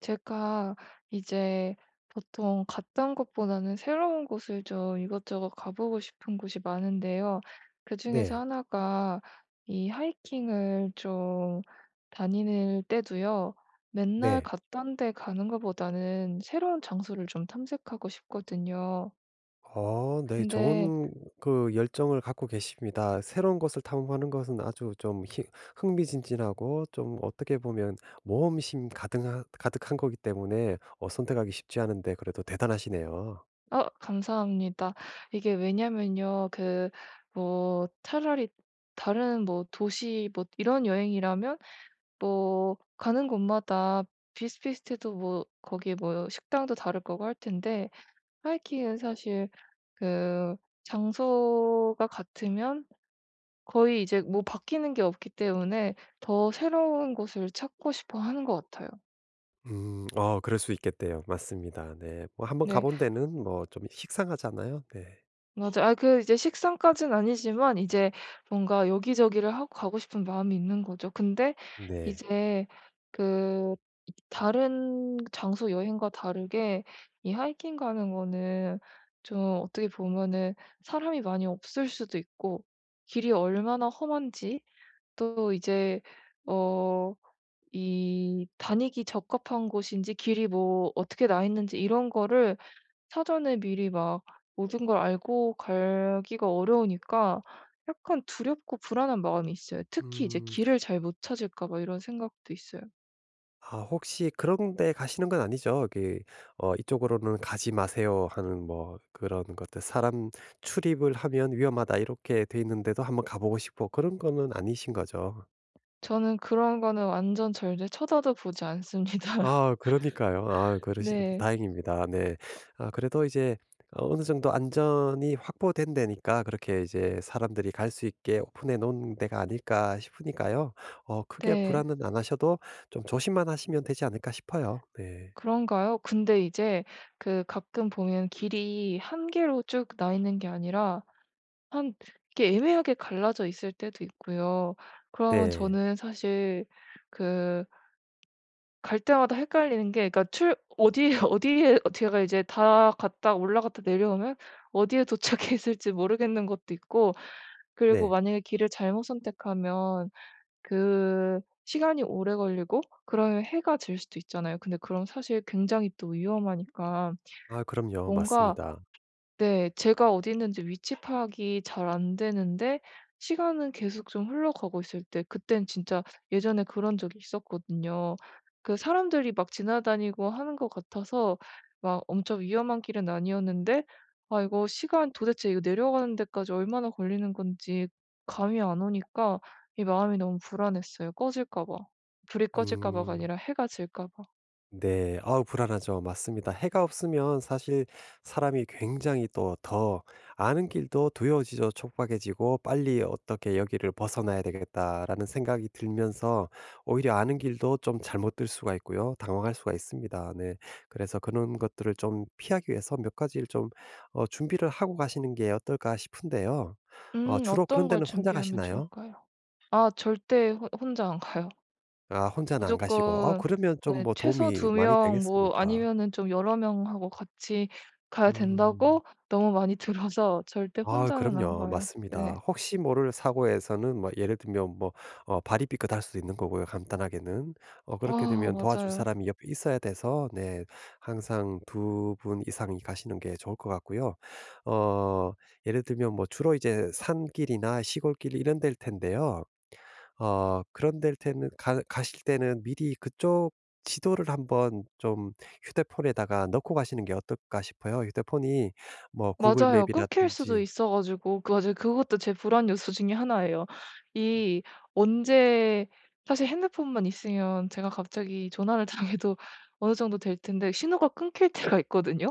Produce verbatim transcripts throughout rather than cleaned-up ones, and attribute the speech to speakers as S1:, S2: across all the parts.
S1: 제가 이제 보통 갔던 곳보다는 새로운 곳을 좀 이것저것 가보고 싶은 곳이 많은데요. 그중에서
S2: 네.
S1: 하나가 이 하이킹을 좀 다니는 때도요. 맨날
S2: 네.
S1: 갔던 데 가는 것보다는 새로운 장소를 좀 탐색하고 싶거든요.
S2: 어 네.
S1: 근데
S2: 좋은 그 열정을 갖고 계십니다. 새로운 것을 탐험하는 것은 아주 좀 희- 흥미진진하고 좀 어떻게 보면 모험심 가 가득한 거기 때문에 어 선택하기 쉽지 않은데 그래도 대단하시네요.
S1: 아, 감사합니다. 이게 왜냐면요. 그 뭐 차라리 다른 뭐 도시 뭐 이런 여행이라면 뭐 가는 곳마다 비슷비슷해도 뭐 거기 뭐 식당도 다를 거고 할 텐데, 하이킹은 사실 그 장소가 같으면 거의 이제 뭐 바뀌는 게 없기 때문에 더 새로운 곳을 찾고 싶어 하는 것 같아요.
S2: 음. 어 그럴 수 있겠대요. 맞습니다. 네. 뭐 한번 가
S1: 네,
S2: 본 데는 뭐 좀 식상하잖아요. 네.
S1: 맞아요. 아, 그 이제 식상까지는 아니지만, 이제 뭔가 여기저기를 하고 가고 싶은 마음이 있는 거죠. 근데
S2: 네.
S1: 이제 그 이 다른 장소 여행과 다르게 이 하이킹 가는 거는 좀 어떻게 보면은 사람이 많이 없을 수도 있고, 길이 얼마나 험한지, 또 이제 어 이 다니기 적합한 곳인지, 길이 뭐 어떻게 나 있는지, 이런 거를 사전에 미리 막 모든 걸 알고 가기가 어려우니까 약간 두렵고 불안한 마음이 있어요. 특히 이제
S2: 음.
S1: 길을 잘 못 찾을까 봐 이런 생각도 있어요.
S2: 아 혹시 그런 데 가시는 건 아니죠? 그 어 "이쪽으로는 가지 마세요." 하는 뭐 그런 것들 "사람 출입을 하면 위험하다." 이렇게 돼 있는데도 한번 가 보고 싶고 그런 거는 아니신 거죠?
S1: 저는 그런 거는 완전 절대 쳐다도 보지 않습니다.
S2: 아 그러니까요. 아 그러시
S1: 네.
S2: 다행입니다. 네. 아 그래도 이제 어느 정도 안전이 확보된 데니까 그렇게 이제 사람들이 갈 수 있게 오픈해 놓은 데가 아닐까 싶으니까요. 어 크게
S1: 네.
S2: 불안은 안 하셔도 좀 조심만 하시면 되지 않을까 싶어요. 네.
S1: 그런가요? 근데 이제 그 가끔 보면 길이 한 개로 쭉 나 있는 게 아니라 한 이렇게 애매하게 갈라져 있을 때도 있고요. 그러면
S2: 네.
S1: 저는 사실 그 갈 때마다 헷갈리는 게, 그러니까 출 어디에 어디에 어 제가 이제 다 갔다 올라갔다 내려오면 어디에 도착해 있을지 모르겠는 것도 있고, 그리고
S2: 네.
S1: 만약에 길을 잘못 선택하면 그 시간이 오래 걸리고, 그러면 해가 질 수도 있잖아요. 근데 그럼 사실 굉장히 또 위험하니까.
S2: 아 그럼요.
S1: 뭔가
S2: 맞습니다.
S1: 네, 제가 어디 있는지 위치 파악이 잘 안 되는데 시간은 계속 좀 흘러가고 있을 때, 그땐 진짜 예전에 그런 적이 있었거든요. 그 사람들이 막 지나다니고 하는 것 같아서 막 엄청 위험한 길은 아니었는데, 아 이거 시간 도대체 이거 내려가는 데까지 얼마나 걸리는 건지 감이 안 오니까 이 마음이 너무 불안했어요. 꺼질까 봐. 불이 꺼질까 봐가
S2: 음.
S1: 아니라 해가 질까 봐.
S2: 네. 아우 불안하죠. 맞습니다. 해가 없으면 사실 사람이 굉장히 또 더 아는 길도 두려워지죠. 촉박해지고 '빨리 어떻게 여기를 벗어나야 되겠다.'라는 생각이 들면서 오히려 아는 길도 좀 잘못 들 수가 있고요. 당황할 수가 있습니다. 네. 그래서 그런 것들을 좀 피하기 위해서 몇 가지를 좀 어 준비를 하고 가시는 게 어떨까 싶은데요. 어
S1: 음,
S2: 주로 그런
S1: 어떤 걸
S2: 데는 혼자
S1: 준비하면
S2: 가시나요?
S1: 좋을까요? 아 절대 호- 혼자 안 가요.
S2: 아 혼자는 안 가시고. 아
S1: 무조건
S2: 그러면 좀
S1: 네,
S2: 뭐
S1: 최소
S2: 도움이
S1: 두
S2: 많이
S1: 명 뭐
S2: 되겠습니다.
S1: 아니면은 좀 여러 명하고 같이 가야
S2: 음.
S1: 된다고 너무 많이 들어서 절대
S2: 아
S1: 혼자는 안
S2: 그럼요.
S1: 가요. 네.
S2: 맞습니다. 혹시 모를 사고에서는 뭐 예를 들면 뭐 어 발이 삐끗할 수도 있는 거고요, 간단하게는. 어 그렇게
S1: 아
S2: 되면 도와줄
S1: 맞아요.
S2: 사람이 옆에 있어야 돼서, 네, 항상 두 분 이상이 가시는 게 좋을 것 같고요. 어 예를 들면 뭐 주로 이제 산길이나 시골길 이런 데일 텐데요. 어 그런 데일 때는 가 가실 때는 미리 그쪽 지도를 한번 좀 휴대폰에다가 넣고 가시는 게 어떨까 싶어요. 휴대폰이 뭐 구글
S1: 맞아요, 끊길 수도
S2: 맵이라든지,
S1: 있어 가지고 그 맞아요. 그것도 제 불안 요소 중에 하나예요. 이 언제 사실 핸드폰만 있으면 제가 갑자기 전화를 당해도 어느 정도 될 텐데 신호가 끊길 때가 있거든요.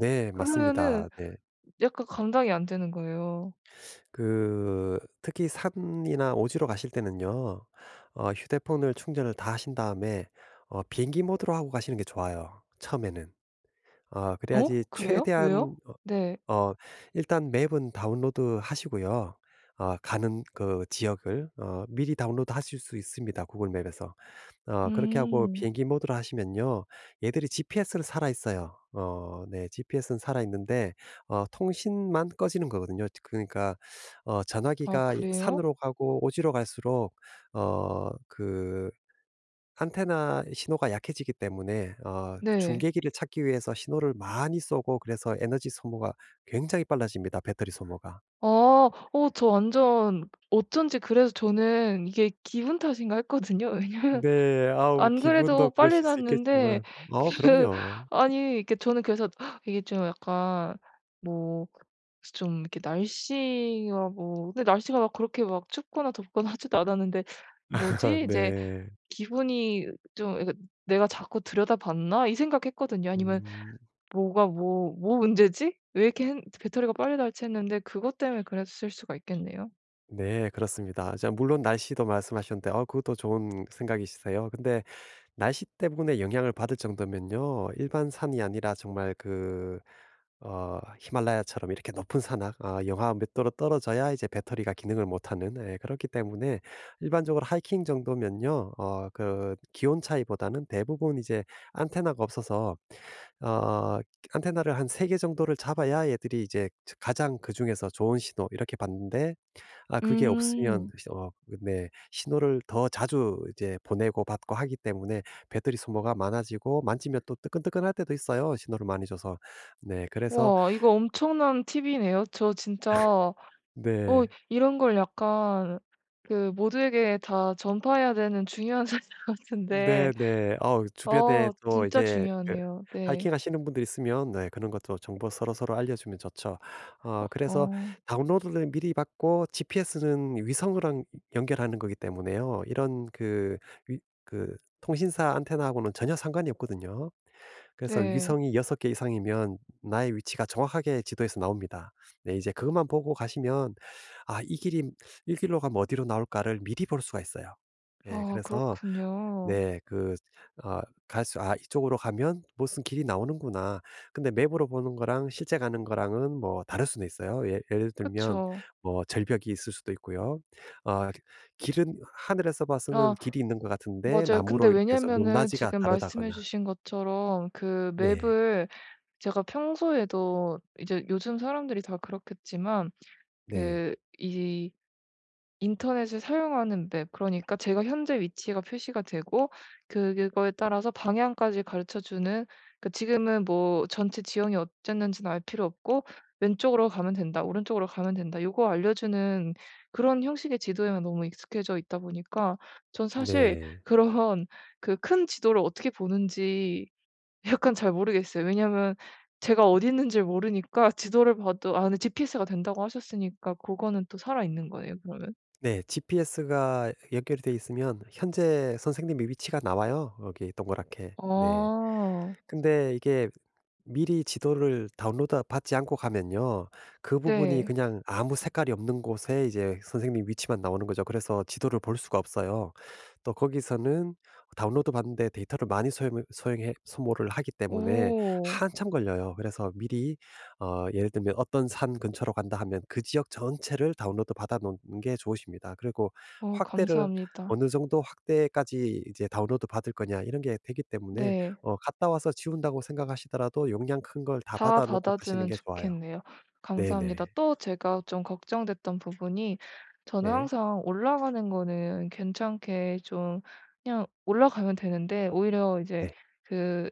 S2: 네,
S1: 그러면은
S2: 맞습니다. 네.
S1: 약간 감당이 안 되는 거예요.
S2: 그 특히 산이나 오지로 가실 때는요. 어 휴대폰을 충전을 다 하신 다음에 어 비행기 모드로 하고 가시는 게 좋아요, 처음에는. 어
S1: "어?
S2: 그래야지
S1: 그래요? 왜요?"
S2: 최대한,
S1: 네.
S2: 어 일단 맵은 다운로드 하시고요. 어 가는 그 지역을 어 미리 다운로드 하실 수 있습니다, 구글 맵에서. 어 그렇게 하고
S1: 음.
S2: 비행기 모드로 하시면요, 얘들이 지피에스를 살아있어요. 어 네. 지피에스는 살아있는데 어 통신만 꺼지는 거거든요. 그러니까 어
S1: 아
S2: 전화기가
S1: 그래요?
S2: 산으로 가고 오지로 갈수록 어그 안테나 신호가 약해지기 때문에 어 그
S1: 네.
S2: 중계기를 찾기 위해서 신호를 많이 쏘고, 그래서 에너지 소모가 굉장히 빨라집니다, 배터리 소모가.
S1: 아. 어 저 완전 어쩐지 그래서 저는 이게 기분 탓인가 했거든요. 왜냐면
S2: 네. 아우
S1: 안
S2: 기분도
S1: 그래도 빨리
S2: 그러실 수
S1: 났는데
S2: 있겠지만 어
S1: 그
S2: 그럼요.
S1: 아니 이렇게 저는 그래서 이게 좀 약간 뭐 좀 이렇게 날씨라고. 근데 날씨가 막 그렇게 막 춥거나 덥거나 하지도 않았는데 '뭐지?' 이제
S2: 네.
S1: 기분이 좀 이거 '내가 자꾸 들여다봤나?' 이 생각했거든요. 아니면
S2: 음.
S1: 뭐가 뭐 뭐 문제지? 왜 이렇게 핸 배터리가 빨리 닳지?"했는데 그것 때문에 그랬을 수가 있겠네요.
S2: 네. 그렇습니다. 자, 물론 날씨도 말씀하셨는데 어 그것도 좋은 생각이시세요. 근데 날씨 때문에 영향을 받을 정도면요, 일반 산이 아니라 정말 그 어 히말라야처럼 이렇게 높은 산악, 아, 영하 몇 도로 떨어져야 이제 배터리가 기능을 못하는, 예, 그렇기 때문에 일반적으로 하이킹 정도면요. 어 그 기온 차이보다는 대부분 이제 안테나가 없어서 어 안테나를 한 세 개 정도를 잡아야 얘들이 이제 가장 그중에서 좋은 신호 이렇게 받는데, 아, 그게 없으면
S1: 음.
S2: 어 네, 신호를 더 자주 이제 보내고 받고 하기 때문에 배터리 소모가 많아지고 만지면 또 뜨끈뜨끈할 때도 있어요, 신호를 많이 줘서. 네, 그래서.
S1: 와 이거 엄청난 팁이네요. 저 진짜 어
S2: 네.
S1: 이런 걸 약간 그 모두에게 다 전파해야 되는 중요한 사실 같은데
S2: 네네. 어 주변에
S1: 어
S2: 또
S1: 진짜
S2: 이제 그
S1: 중요하네요. 네.
S2: 하이킹 하시는 분들 있으면, 네, 그런 것도 정보 서로서로 알려주면 좋죠. 어 그래서
S1: 어
S2: 다운로드를 미리 받고, 지피에스는 위성이랑 연결하는 거기 때문에요. 이런 그 위 그 통신사 안테나하고는 전혀 상관이 없거든요. 그래서
S1: 네.
S2: 위성이 여섯 개 이상이면 나의 위치가 정확하게 지도에서 나옵니다. 네, 이제 그것만 보고 가시면 '아, 이 길이 이 길로 가면 어디로 나올까.'를 미리 볼 수가 있어요. 예,
S1: 아
S2: 그래서,
S1: 그렇군요.
S2: 네, 그 어 갈수 '아, 이쪽으로 가면 무슨 길이 나오는구나.' 근데 맵으로 보는 거랑 실제 가는 거랑은 뭐 다를 수는 있어요. 예, 예를 들면
S1: 그쵸.
S2: 뭐 절벽이 있을 수도 있고요. 어 길은 하늘에서 봐서는
S1: 아
S2: 길이 있는 것 같은데
S1: 맞아요.
S2: 나무로
S1: 근데
S2: 이렇게 해서
S1: 왜냐면은
S2: 높낮이가
S1: 지금 말씀해
S2: 다르다거나.
S1: 주신 것처럼 그
S2: 네.
S1: 맵을 제가 평소에도 이제 요즘 사람들이 다 그렇겠지만
S2: 네.
S1: 그 이 인터넷을 사용하는 맵, 그러니까 제가 현재 위치가 표시가 되고 그, 그거에 따라서 방향까지 가르쳐 주는, 그 지금은 뭐 전체 지형이 어쨌는지는 알 필요 없고 "왼쪽으로 가면 된다. 오른쪽으로 가면 된다." 요거 알려주는, 그런 형식의 지도에만 너무 익숙해져 있다 보니까 전 사실
S2: 네.
S1: 그런 그 큰 지도를 어떻게 보는지 약간 잘 모르겠어요. 왜냐면 제가 어디 있는지를 모르니까, 지도를 봐도. 아 근데 지피에스가 된다고 하셨으니까 그거는 또 살아있는 거네요 그러면.
S2: 네. 지피에스가 연결이 돼 있으면 현재 선생님의 위치가 나와요, 여기 동그랗게. 네.
S1: 아
S2: 근데 이게 미리 지도를 다운로드 받지 않고 가면요, 그 부분이
S1: 네.
S2: 그냥 아무 색깔이 없는 곳에 이제 선생님 위치만 나오는 거죠. 그래서 지도를 볼 수가 없어요. 또 거기서는 다운로드 받는데 데이터를 많이 소용, 소용해, 소모를 하기 때문에
S1: 오.
S2: 한참 걸려요. 그래서 미리 어, 예를 들면 어떤 산 근처로 간다 하면 그 지역 전체를 다운로드 받아 놓는 게 좋으십니다. 그리고
S1: 어
S2: 확대를
S1: 감사합니다.
S2: 어느 정도 확대까지 이제 다운로드 받을 거냐 이런 게 되기 때문에
S1: 네.
S2: 어 갔다 와서 지운다고 생각하시더라도 용량 큰 걸 다
S1: 다
S2: 받아 놓고 가시는
S1: 받아주면
S2: 게 좋아요.
S1: 좋겠네요.
S2: 네네.
S1: 감사합니다. 또 제가 좀 걱정됐던 부분이, 저는
S2: 네.
S1: 항상 올라가는 거는 괜찮게 좀 그냥 올라가면 되는데, 오히려 이제
S2: 네.
S1: 그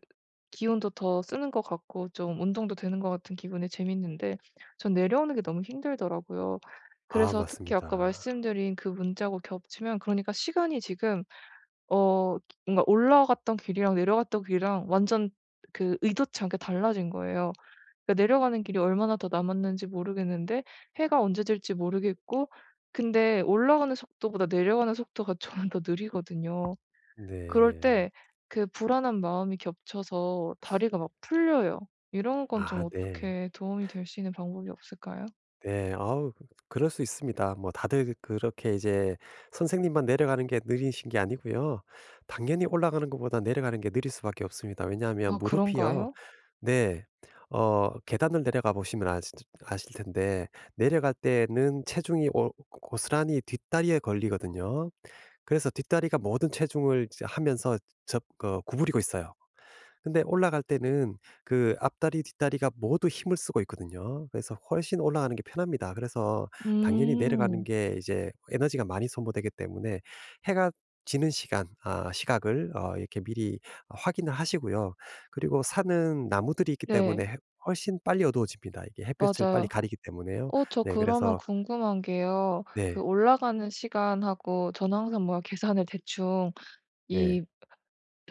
S1: 기운도 더 쓰는 것 같고 좀 운동도 되는 것 같은 기분에 재밌는데 전 내려오는 게 너무 힘들더라고요.
S2: 아
S1: 그래서 특히 아까
S2: 맞습니다.
S1: 말씀드린 그 문제하고 겹치면 그러니까 시간이 지금 어 뭔가 올라갔던 길이랑 내려갔던 길이랑 완전 그 의도치 않게 달라진 거예요. 그러니까 내려가는 길이 얼마나 더 남았는지 모르겠는데, 해가 언제 질지 모르겠고, 근데 올라가는 속도보다 내려가는 속도가 저는 더 느리거든요.
S2: 네.
S1: 그럴
S2: 네.
S1: 때 그 불안한 마음이 겹쳐서 다리가 막 풀려요. 이런 건
S2: 아
S1: 좀
S2: 네.
S1: 어떻게 도움이 될 수 있는 방법이 없을까요?
S2: 네. 아우 그 그럴 수 있습니다. 뭐 다들 그렇게 이제 선생님만 내려가는 게 느리신 게 아니고요. 당연히 올라가는 것보다 내려가는 게 느릴 수밖에 없습니다. 왜냐하면
S1: 아
S2: 무릎이요.
S1: 그런가요?
S2: 네. 어 계단을 내려가 보시면 아실 아실 텐데 내려갈 때는 체중이 오- 고스란히 뒷다리에 걸리거든요. 그래서 뒷다리가 모든 체중을 이제 하면서 접 어, 구부리고 있어요. 근데 올라갈 때는 그 앞다리, 뒷다리가 모두 힘을 쓰고 있거든요. 그래서 훨씬 올라가는 게 편합니다. 그래서 당연히 내려가는
S1: 음.
S2: 게 이제 에너지가 많이 소모되기 때문에 해가 지는 시간, 아, 시각을 어 이렇게 미리 확인을 하시고요. 그리고 산은 나무들이 있기 때문에
S1: 네.
S2: 해 훨씬 빨리 어두워집니다. 이게 햇볕을 빨리
S1: 맞아요.
S2: 가리기 때문에요.
S1: 어 저
S2: 네,
S1: 그러면
S2: 그래서.
S1: 궁금한 게요. 그
S2: 네.
S1: 올라가는 시간하고 저는 항상 뭐 계산을 대충 이
S2: 네.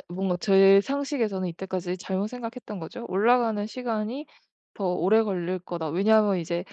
S1: 뭔가 제 상식에서는 이때까지 잘못 생각했던 거죠. '올라가는 시간이 더 오래 걸릴 거다.' 왜냐하면 이제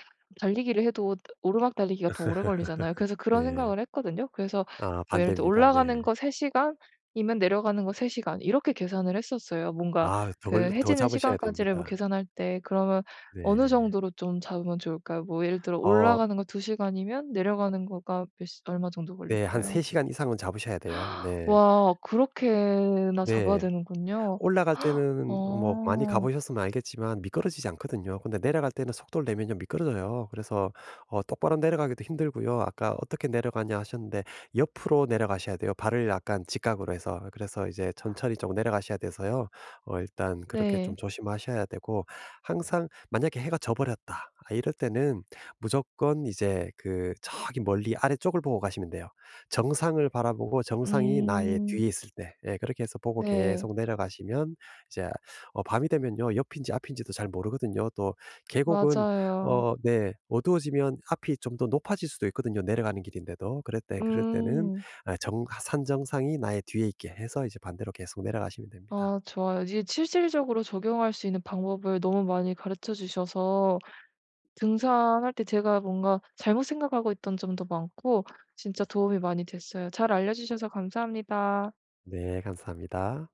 S1: 달리기를 해도 오르막 달리기가 더 오래 걸리잖아요. 그래서 그런
S2: 네.
S1: 생각을 했거든요. 그래서
S2: 아
S1: 뭐 예를 들어
S2: 반대입니다.
S1: 올라가는
S2: 네.
S1: 거 세 시간이면 내려가는 거 세 시간 이렇게 계산을 했었어요. 뭔가
S2: 아, 더
S1: 그
S2: 걸 더
S1: 해지는
S2: 잡으셔야
S1: 시간까지를 뭐
S2: 됩니다.
S1: 계산할 때, 그러면 어느
S2: 네.
S1: 정도로 좀 잡으면 좋을까요? 뭐 예를 들어
S2: 어
S1: 올라가는 거 두 시간이면 내려가는 거가 몇 시 얼마 정도
S2: 네. 한 세
S1: 걸릴까요?
S2: 시간 이상은 잡으셔야 돼요. 네.
S1: 와 그렇게나 잡아야
S2: 네.
S1: 되는군요.
S2: 올라갈 때는 뭐 많이 가
S1: 어.
S2: 보셨으면 알겠지만 미끄러지지 않거든요. 근데 내려갈 때는 속도를 내면요 미끄러져요. 그래서 어 똑바로 내려가기도 힘들고요. 아까 "어떻게 내려가냐." 하셨는데 옆으로 내려가셔야 돼요. 발을 약간 직각으로 해서. 그래서 이제 천천히 좀 내려가셔야 돼서요. 어 일단 그렇게 좀
S1: 네.
S2: 조심하셔야 되고, 항상 만약에 해가 져 버렸다, 아, 이럴 때는 무조건 이제 그 저기 멀리 아래쪽을 보고 가시면 돼요. 정상을 바라보고 정상이 나의
S1: 음.
S2: 뒤에 있을 때, 예, 그렇게 해서 보고
S1: 네.
S2: 계속 내려가시면 이제 어 밤이 되면요 옆인지 앞인지도 잘 모르거든요. 또 계곡은
S1: 맞아요.
S2: 어 네, 어두워지면 앞이 좀 더 높아질 수도 있거든요, 내려가는 길인데도. 그럴 때 그럴 때는
S1: 음.
S2: 아, 정 산 정상이 나의 뒤에 있게 해서 이제 반대로 계속 내려가시면 됩니다.
S1: 아 좋아요. 이제 실질적으로 적용할 수 있는 방법을 너무 많이 가르쳐 주셔서 등산할 때 제가 뭔가 잘못 생각하고 있던 점도 많고 진짜 도움이 많이 됐어요. 잘 알려 주셔서 감사합니다.
S2: 네, 감사합니다.